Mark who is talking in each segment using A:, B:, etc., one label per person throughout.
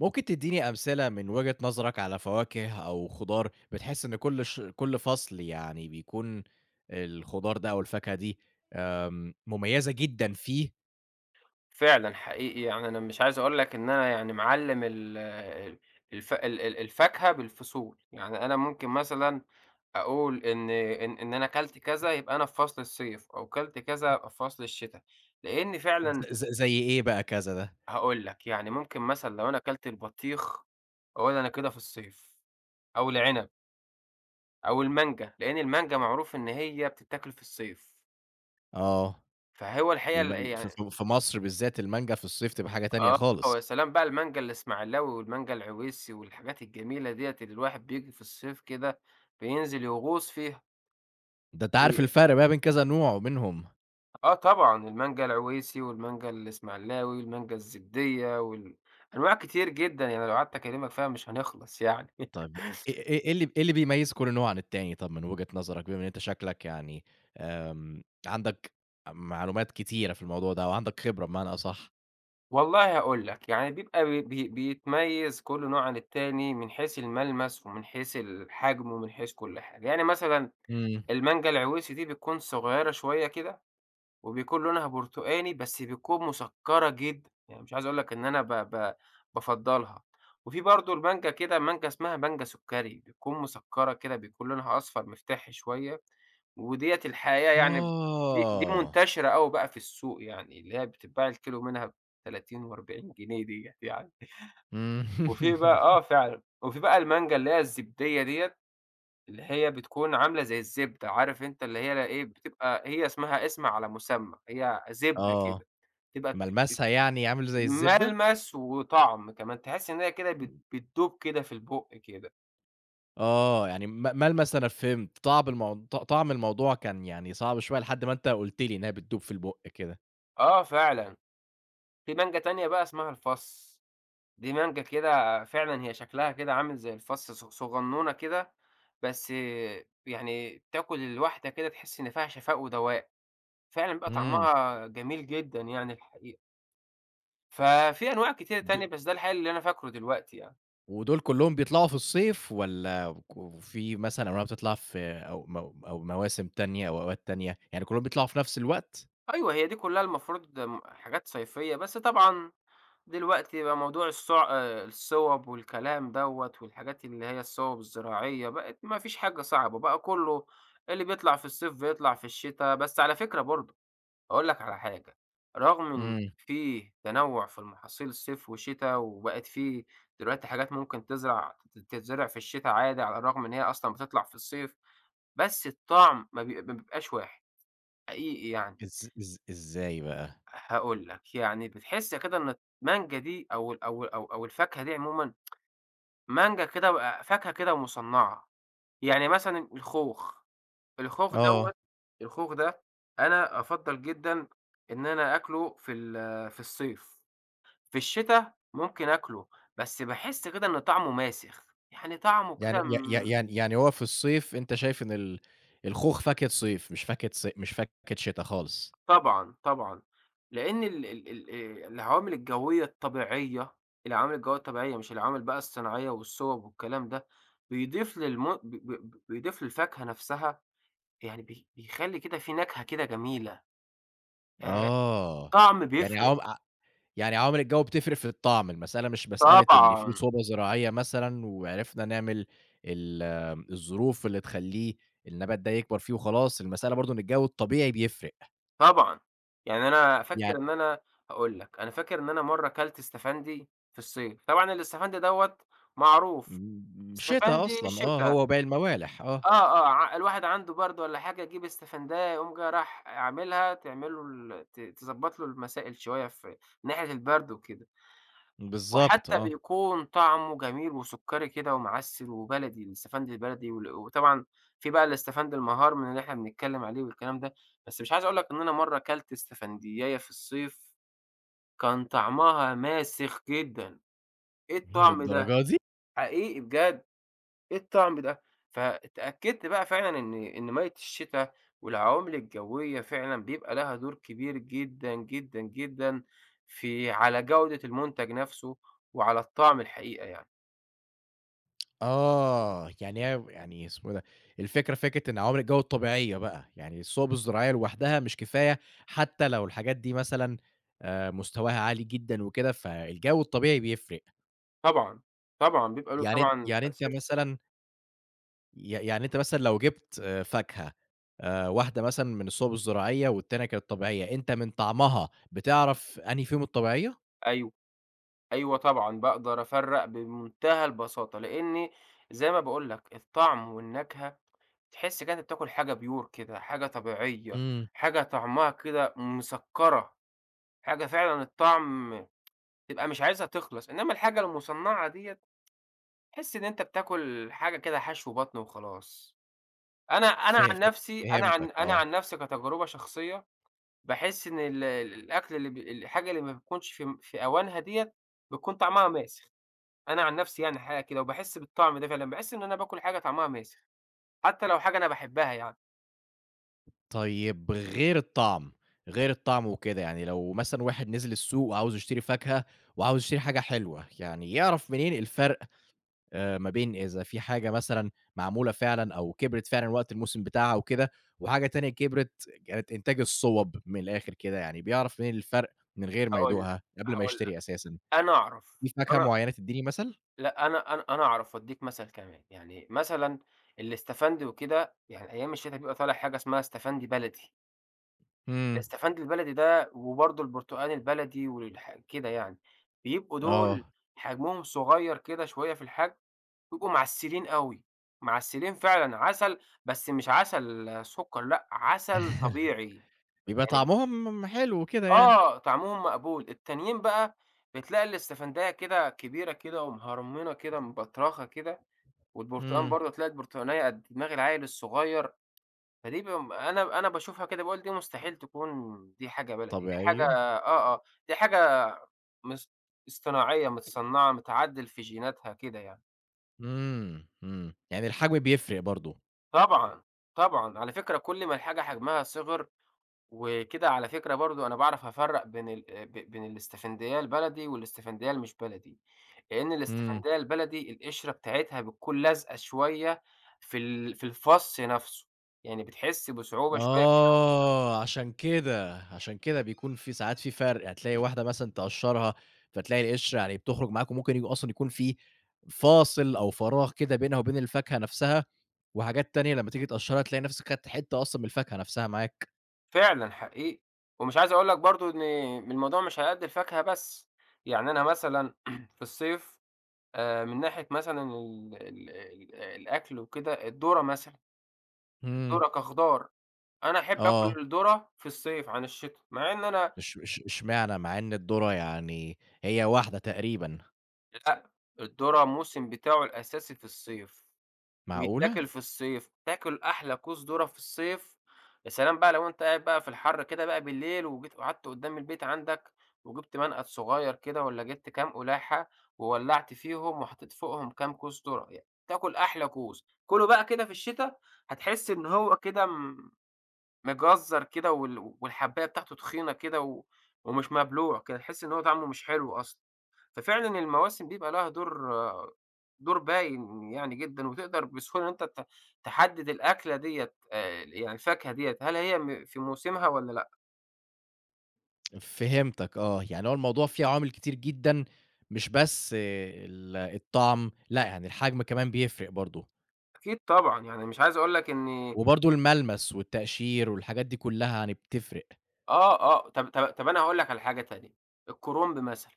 A: ممكن تدّيني أمثلة من وجهة نظرك على فواكه أو خضار بتحس إن كل فصل يعني بيكون الخضار ده أو الفاكهة دي مميزة جدًا فيه.
B: فعلًا حقيقي، يعني أنا مش عايز أقول لك إن أنا يعني معلّم ال ال- الف ال ال الفاكهة بالفصول. يعني أنا ممكن مثلًا أقول إن أنا كلت كذا يبقى أنا في فصل الصيف، أو كلت كذا يبقى في فصل الشتا، لإن
A: ز
B: فعلًا
A: ز زي إيه بقى كذا ده؟
B: هاقول لك. يعني ممكن مثلًا لو أنا كلت البطيخ أقول أنا كده في الصيف، أو العنب أو المانجا، لإن المانجا معروف إن هي بتتاكل في الصيف.
A: آه.
B: فهو الحقيقة
A: الم ال ف
B: يعني
A: ف في مصر بالذات المانجا في الصيف تبقى حاجة تانية
B: آه، آه، ويا
A: خالص.
B: سلام بقى المانجا الإسماعيلاوي والمانجا العويسي والحاجات الجميلة ديّة اللي الواحد بييجي في الصيف كده بينزل يغوص فيها.
A: ده أنت
B: و
A: عارف الفرق بقى بين كذا نوع منهم،
B: آه طبعًا المانجا العويسي والمانجا الإسماعيلاوي والمانجا الزبدية أنواع كتير جدًا، يعني لو قعدت أكلمك فيها مش هنخلص يعني.
A: طب إيه اللي بيميّز كل نوع عن التاني؟ طب من وجهة نظرك بما إن أنت شكلك يعني عندك معلومات كتيرة في الموضوع ده، أو عندك خبرة بمعنى أصح؟
B: والله هاقول لك، يعني بيبقى بي بي بيتميز كل نوع عن التاني من حيث الملمس ومن حيث الحجم ومن حيث كل حاجة. يعني مثلًا
A: إمم.
B: المانجا العويسي دي بتكون صغيرة شوية كده وبيكون لونها برتقاني، بس بتكون مسكّرة جدًا. يعني مش عايز أقول لك إن أنا ب ب بافضّلها. وفي برضه المانجا كده، مانجا اسمها مانجا سُكّري، بتكون مسكّرة كده، بيكون لونها أصفر مفتحي شوية، وديّة الحقيقة يعني دي
A: آه.
B: منتشرة أوي بقى في السوق، يعني اللي هي بتتباع الكيلو منها ب30 و40 جنيه ديّة يعني.
A: إمم.
B: وفي بقى آه فعلًا، وفي بقى المانجا اللي هي الزبدية ديّة اللي هي بتكون عاملة زي الزبدة. عارف أنت اللي هي لا إيه، بتبقى هي اسمها اسم على مسمّى، هي زبدة
A: آه.
B: كده، تبقى بت بت
A: ملمسها يعني عامل زي الزبدة؟
B: ملمس وطعم كمان، تحس إن هي كده
A: إمم.
B: بتدوب كده في البُق كده.
A: آه. يعني ملمس أنا فهمت، طعم الموضوع كان يعني صعب شوية لحد ما أنت قُلت لي إنها بتدوب في البُق كده.
B: آه فعلًا، في مانجا تانية بقى اسمها الفَصّ. دي مانجا كده فعلًا هي شكلها كده عامل زي الفَصّ، صغنونة كده، بس يعني تاكل الواحدة كده تحس إن فيها شفاء ودواء، فعلًا بيبقى
A: إمم.
B: طعمها جميل جدًا يعني الحقيقة. ففي أنواع كتيرة
A: د
B: تانية، بس ده الحقيقة اللي أنا فاكره دلوقتي يعني.
A: ودول كُلّهم بيطلعوا في الصيف، والّا في مثلًا أنواع بتطلع في أو مواسم تانية أو أوقات تانية؟ يعني كُلّهم بيطلعوا في نفس الوقت؟
B: أيوه، هي دي كلّها المفروض حاجات صيفية، بس طبعًا دلوقتي بقى موضوع الصوع الصوَب والكلام دوّة والحاجات اللي هي الصوَب الزراعية، بقت ما فيش حاجة صعبة، بقى كُلّه اللي بيطلع في الصيف بيطلع في الشتا. بس على فكرة برضه أقول لك على حاجة، رغم إن
A: إمم.
B: في تنوُّع في المحاصيل صيف وشتا، وبقت في دلوقتي حاجات ممكن تتزرع في الشتا عادي، على الرغم إن هي أصلًا بتطلع في الصيف. بس الطعم ما بيبقاش واحد حقيقي يعني.
A: إز إز إزاي بقى؟
B: هاقول لك، يعني بتحس كده إن المانجا دي أو ال أو ال- أو أو الفاكهة دي عمومًا، مانجا كده و فاكهة كده مصنّعة. يعني مثلًا الخوخ، الخوخ
A: آه.
B: دوّة الخوخ ده أنا أفضّل جدًا إن أنا آكله في في الصيف، في الشتا ممكن آكله، بس باحس كده إن طعمه ماسخ، يعني طعمه
A: يعني
B: كده
A: ي ي
B: م.
A: يعني يعني هو في الصيف أنت شايف إن الخوخ فاكهة صيف، مش فاكهة ص مش فاكهة شتا خالص.
B: طبعًا، طبعًا، لإن ال ال ال العوامل الجوية الطبيعية، العوامل الجوية الطبيعية مش العوامل بقى الصناعية والصوب والكلام ده، بيضيف للم ب ب بيضيف للفاكهة نفسها، يعني بيخلّي كده في نكهة كده جميلة. آآ
A: آه.
B: الطعم
A: يعني
B: بيفرق.
A: عوام ع يعني عوامل الجو بتفرق في الطعم، المسألة مش مسألة إن في
B: طبعًا،
A: صوبة زراعية مثلًا وعرفنا نعمل ال الظروف اللي تخلّيه النبات ده يكبر فيه وخلاص. المسألة برضه إن الجو الطبيعي بيفرق.
B: طبعًا، يعني أنا فاكر
A: يعني
B: إن أنا هاقول لك، أنا فاكر إن أنا مرّة كلت إستفندي في الصيف، طبعًا الإستفندي دوّة معروف،
A: شتا
B: إستفندي
A: أصلًا، آه،
B: شِتا
A: هو وباقي الموالح،
B: آه،
A: آه.
B: آه، ع الواحد عنده برد والّا حاجة، يجيب إستفندية يقوم جاي رايح عاملها تعمل له ال ت تضبّط له المسائل شوية في من ناحية البرد وكده،
A: بالضبط،
B: وحتى
A: آه.
B: بيكون طعمه جميل وسُكّري كده ومعسّل وبلدي، الإستفند البلدي وال وطبعًا في بقى الإستفند المهار من اللي إحنا بنتكلّم عليه والكلام ده. بس مش عايز أقول لك إن أنا مرّة كلت إستفندية في الصيف كان طعمها ماسخ جدًا. إيه الطعم ده!
A: للدرجة دي؟!
B: حقيقي بجد. إيه الطعم ده؟ فاتأكدت بقى فعلًا إن مَيّة الشتا والعوامل الجوية فعلًا بيبقى لها دور كبير جدًا، جدًا، جدًا في على جودة المنتج نفسه وعلى الطعم الحقيقة يعني.
A: آه. يعني هي يعني اسمه إيه ده، الفكرة فكرة إن عوامل الجو الطبيعية بقى، يعني الصوب الزراعية لوحدها مش كفاية حتى لو الحاجات دي مثلًا مستواها عالي جدًا وكده، فالجو الطبيعي بيفرق.
B: طبعًا، طبعًا بيبقى له
A: يعني أن
B: طبعًا
A: يعني أنت
B: تأثير.
A: مثلًا يعني أنت مثلًا لو جِبت فاكهة واحدة مثلًا من الصوب الزراعية، والتانية كانت طبيعية، أنت من طعمها بتعرف أنهي فيهم الطبيعية؟
B: أيوه، أيوه طبعًا باقدر أفرّق بمنتهى البساطة، لإني زي ما باقول لك الطعم والنكهة تحس كده أنت بتاكل حاجة pure كده، حاجة طبيعية،
A: إمم.
B: حاجة طعمها كده مسكّرة، حاجة فعلًا الطعم تبقى مش عايزها تخلص، إنما الحاجة المُصنّعة ديّة تحس إن أنت بتاكل حاجة كده حشو بطن وخلاص. أنا
A: ف
B: أنا عن
A: ف
B: نَفْسي أنا عن
A: فهمتك،
B: أنا
A: آه.
B: عن نَفْسي كتجربة شخصية، باحس إن ال ال- الأكل اللي ب الحاجة اللي ما بتكونش في في أوانها ديّة بتكون طعمها ماسخ. أنا عن نَفْسي يعني حاجة كده وباحس بالطعم ده فعلًا، باحس إن أنا باكل حاجة طعمها ماسخ، حتى لو حاجة أنا باحبها يعني.
A: طيب غير الطعم، غير الطعم وكده، يعني لو مثلًا واحد نزل السوق وعاوز يشتري فاكهة وعاوز يشتري حاجة حلوة، يعني يعرف منين الفرق ما بين إذا في حاجة مثلًا معمولة فعلًا أو كبرِت فعلًا وقت الموسم بتاعها وكده، وحاجة تانية كبرِت كانت إنتاج الصوَب من الآخر كده يعني، بيعرف منين الفرق من غير ما
B: هاقول لك،
A: يدوقها قبل ما
B: هاقول لك،
A: يشتري أساسًا؟
B: أنا أعرف،
A: في فاكهة
B: أنا
A: معينة تدّيني مثل؟
B: لأ، أنا أنا أنا أعرف وأدّيك مثل كمان. يعني مثلًا الاستفندي وكده، يعني أيام الشتا بيبقى طالع حاجة اسمها استفندي بلدي.
A: إمم.
B: الاستفندي البلدي ده وبرضه البرتقان البلدي كده يعني، بيبقوا دول
A: آه.
B: حجمهم صغيّر كده شوية في الحجم، بيبقوا معسّلين أوي، معسّلين فعلًا عسل، بس مش عسل سُكّر لأ، عسل طبيعي،
A: بيبقى
B: يعني
A: طعمهم حلو كده يعني.
B: آه، طعمهم مقبول. التانيين بقى بتلاقي الاستفندية كده كبيرة كده ومهرمِّنة كده مبطرخة كده، والبرتقان
A: إمم.
B: برضه تلاقي البرتقانية قد دماغ العيل الصغير. فدي بم أنا أنا باشوفها كده باقول دي مستحيل تكون دي حاجة بلدي، دي حاجة
A: طبيعية.
B: آه، آه، دي حاجة مص اصطناعية، متصنّعة، متعدِّل في جيناتها كده يعني.
A: إمم، إمم، يعني الحجم بيفرق برضه.
B: طبعًا، طبعًا، على فكرة كل ما الحاجة حجمها صِغِر وكده، على فكرة برضه أنا باعرف أفرّق بين ال ب بين الاستفندية البلدي والاستفندية اللي مش بلدي. لأن
A: إمم.
B: الاستفندية البلدي القشرة بتاعتها بتكون لازقة شوية في في الفص نفسه، يعني بتحس بصعوبة شوية كده.
A: آه، عشان كده، عشان كده بيكون في ساعات في فرق، هتلاقي واحدة مثلًا تقشّرها، فتلاقي القشر يعني بتخرج معاك وممكن يكون أصلًا يكون في فاصل أو فراغ كده بينها وبين الفاكهة نفسها، وحاجات تانية لمّا تيجي تقشّرها تلاقي نفسك خدت حتّة أصلًا من الفاكهة نفسها معاك.
B: فعلًا حقيقي، ومش عايز أقول لك برضه إن الموضوع مش على قد الفاكهة بس. يعني أنا مثلًا في الصيف من ناحية مثلًا ال ال ال الأكل وكده الذرة مثلًا،
A: إمم.
B: الذرة كخضار، أنا أحب آكل
A: آه.
B: الذرة في الصيف عن الشتا، مع إن أنا.
A: إش إش إشمعنى مع إن الذرة يعني هي واحدة تقريبًا؟
B: لأ، الذرة الموسم بتاعه الأساسي في الصيف.
A: معقولة؟!
B: ويتاكل في الصيف، تاكل أحلى كوس ذرة في الصيف. يا سلام بقى لو أنت قاعد بقى في الحر كده بقى بالليل وجيت وقعدت قدّام البيت عندك، وجبت منقد صغير كده والّا جبت كام قلاحة وولّعت فيهم وحطيت فوقهم كام كوس ذرة، تاكل أحلى كوس. كُله بقى كده في الشتا هتحس إن هو كده مجزّر كده والحباية بتاعته تخينة كده ومش مبلوع كده، تحس إن هو طعمه مش حلو أصلًا. ففعلًا المواسم بيبقى لها دور باين يعني جدًا، وتقدر بسهولة إن أنت تحدد الأكلة ديّة يعني الفاكهة ديّة هل هي في موسمها والّا لأ؟
A: فهمتك، آه. يعني هو الموضوع فيه عوامل كتير جدًا، مش بس الطعم، لأ، يعني الحجم كمان بيفرق برضه،
B: أكيد طبعًا، يعني مش عايز أقول لك إني
A: وبرضه الملمس والتقشير والحاجات دي كلّها يعني بتفرق.
B: آه، آه، طب أنا هاقول لك على حاجة تانية، الكرنب مثلًا.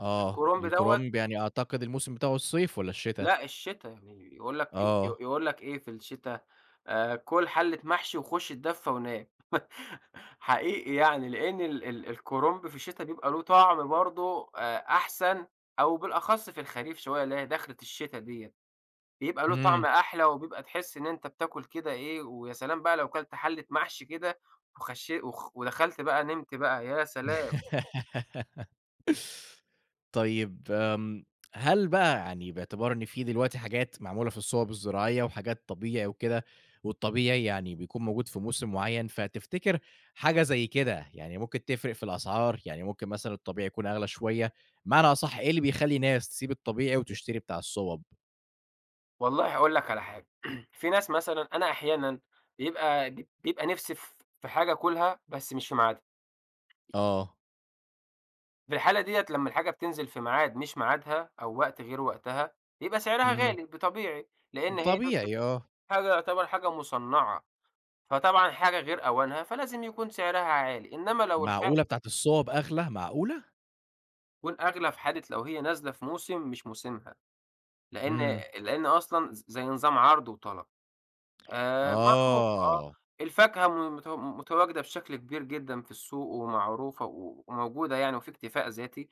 A: آه،
B: الكرنب دوّة
A: الكرنب يعني أعتقد الموسم بتاعه الصيف والّا الشتا؟
B: لأ الشتا، يعني يقول لك ي ي
A: آه.
B: يقول لك إيه في الشتا، كُل حَلّة محشي وخُش اتدفّى ونام. حقيقي يعني، لإن ال ال الكرنب في الشتا بيبقى له طعم برضه أحسن، أو بالأخص في الخريف شوية اللي هي دخلة الشتا ديّة، بيبقى له طعم
A: إمم.
B: أحلى وبيبقى تحس إن أنت بتاكل كده إيه. ويا سلام بقى لو كلت حَلّة محشي كده وخشي وخ ودخلت بقى نمت بقى، يا سلام!
A: طيب، هل بقى يعني باعتبار إن في دلوقتي حاجات معمولة في الصوَب الزراعية وحاجات طبيعي وكده، والطبيعي يعني بيكون موجود في موسم معيّن، فتفتكر حاجة زي كده يعني ممكن تفرق في الأسعار؟ يعني ممكن مثلًا الطبيعي يكون أغلى شوية؟ بمعنى أصح، إيه اللي بيخلّي ناس تسيب الطبيعي وتشتري بتاع الصوَب؟
B: والله هاقول لك على حاجة، في ناس مثلًا أنا أحيانًا بيبقى نِفْسي في حاجة آكلها بس مش في ميعادها.
A: آه.
B: في الحالة ديّة لمّا الحاجة بتنزل في ميعاد مش ميعادها أو وقت غير وقتها، بيبقى سعرها
A: إمم.
B: غالي طبيعي، لإن هي
A: طبيعي، آه.
B: حاجة يعتبر حاجة مُصنّعة، فطبعًا حاجة غير أوانها فلازم يكون سعرها عالي. إنما لو الحاجة
A: معقولة بتاعة الصوَب أغلى، معقولة!
B: تكون أغلى في حالة لو هي نازلة في موسم مش موسمها، لإن
A: إمم.
B: لإن أصلًا زي نظام عرض وطلب. معروف آه.
A: آه.
B: الفاكهة م مت متواجدة بشكل كبير جدًا في السوق ومعروفة وموجودة يعني وفي اكتفاء ذاتي،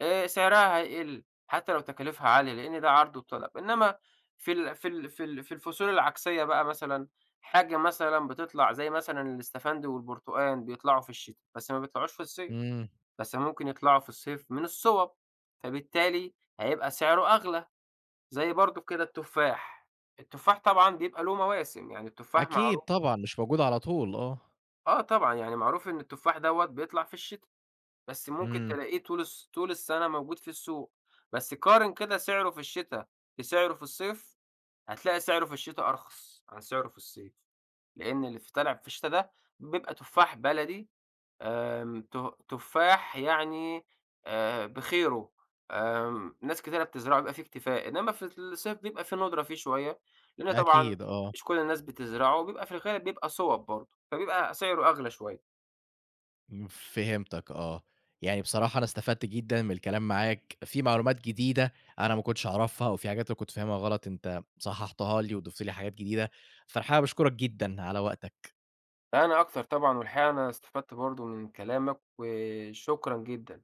B: سعرها هيقل حتى لو تكاليفها عالية، لإن ده عرض وطلب. إنّما في الفصول العكسية بقى مثلًا، حاجة مثلًا بتطلع زي مثلًا الاستفندي والبرتقان بيطلعوا في الشتا، بس ما بيطلعوش في الصيف،
A: إمم.
B: بس ممكن يطلعوا في الصيف من الصوَب، فبالتالي هيبقى سعره أغلى. زي برضه كده التفاح، التفاح طبعًا بيبقى له مواسم، يعني التفاح
A: أكيد
B: معروف
A: طبعًا، مش موجودة على طول، آه.
B: آه طبعًا، يعني معروف إن التفاح دوّة بيطلع في الشتا، بس ممكن
A: إمم.
B: تلاقيه طول طول السنة موجود في السوق. بس قارن كده سعره في الشتا بسعره في الصيف، هتلاقي سعره في الشتا أرخص عن سعره في الصيف، لإن اللي طالع في الشتا ده بيبقى تفاح بلدي آمم تفاح يعني بخيره، آمم ناس كتيرة بتزرعه بيبقى في اكتفاء، إنما في الصيف بيبقى في ندرة فيه شوية، لإن طبعًا
A: أكيد، آه.
B: مش كل الناس بتزرعه، وبيبقى في الغالب بيبقى صوب برضه، فبيبقى سعره أغلى شوية.
A: فهمتك، آه. يعني بصراحة أنا استفدت جدًا من الكلام معاك، في معلومات جديدة أنا ما كنتش أعرفها، وفي حاجات أنا كنت فاهمها غلط أنت صححتها لي وضُفت لي حاجات جديدة، فأنا حابب أشكرك جدًا على وقتك.
B: أنا أكتر طبعًا، والحقيقة أنا استفدت برضه من كلامك، وشكرًا جدًا.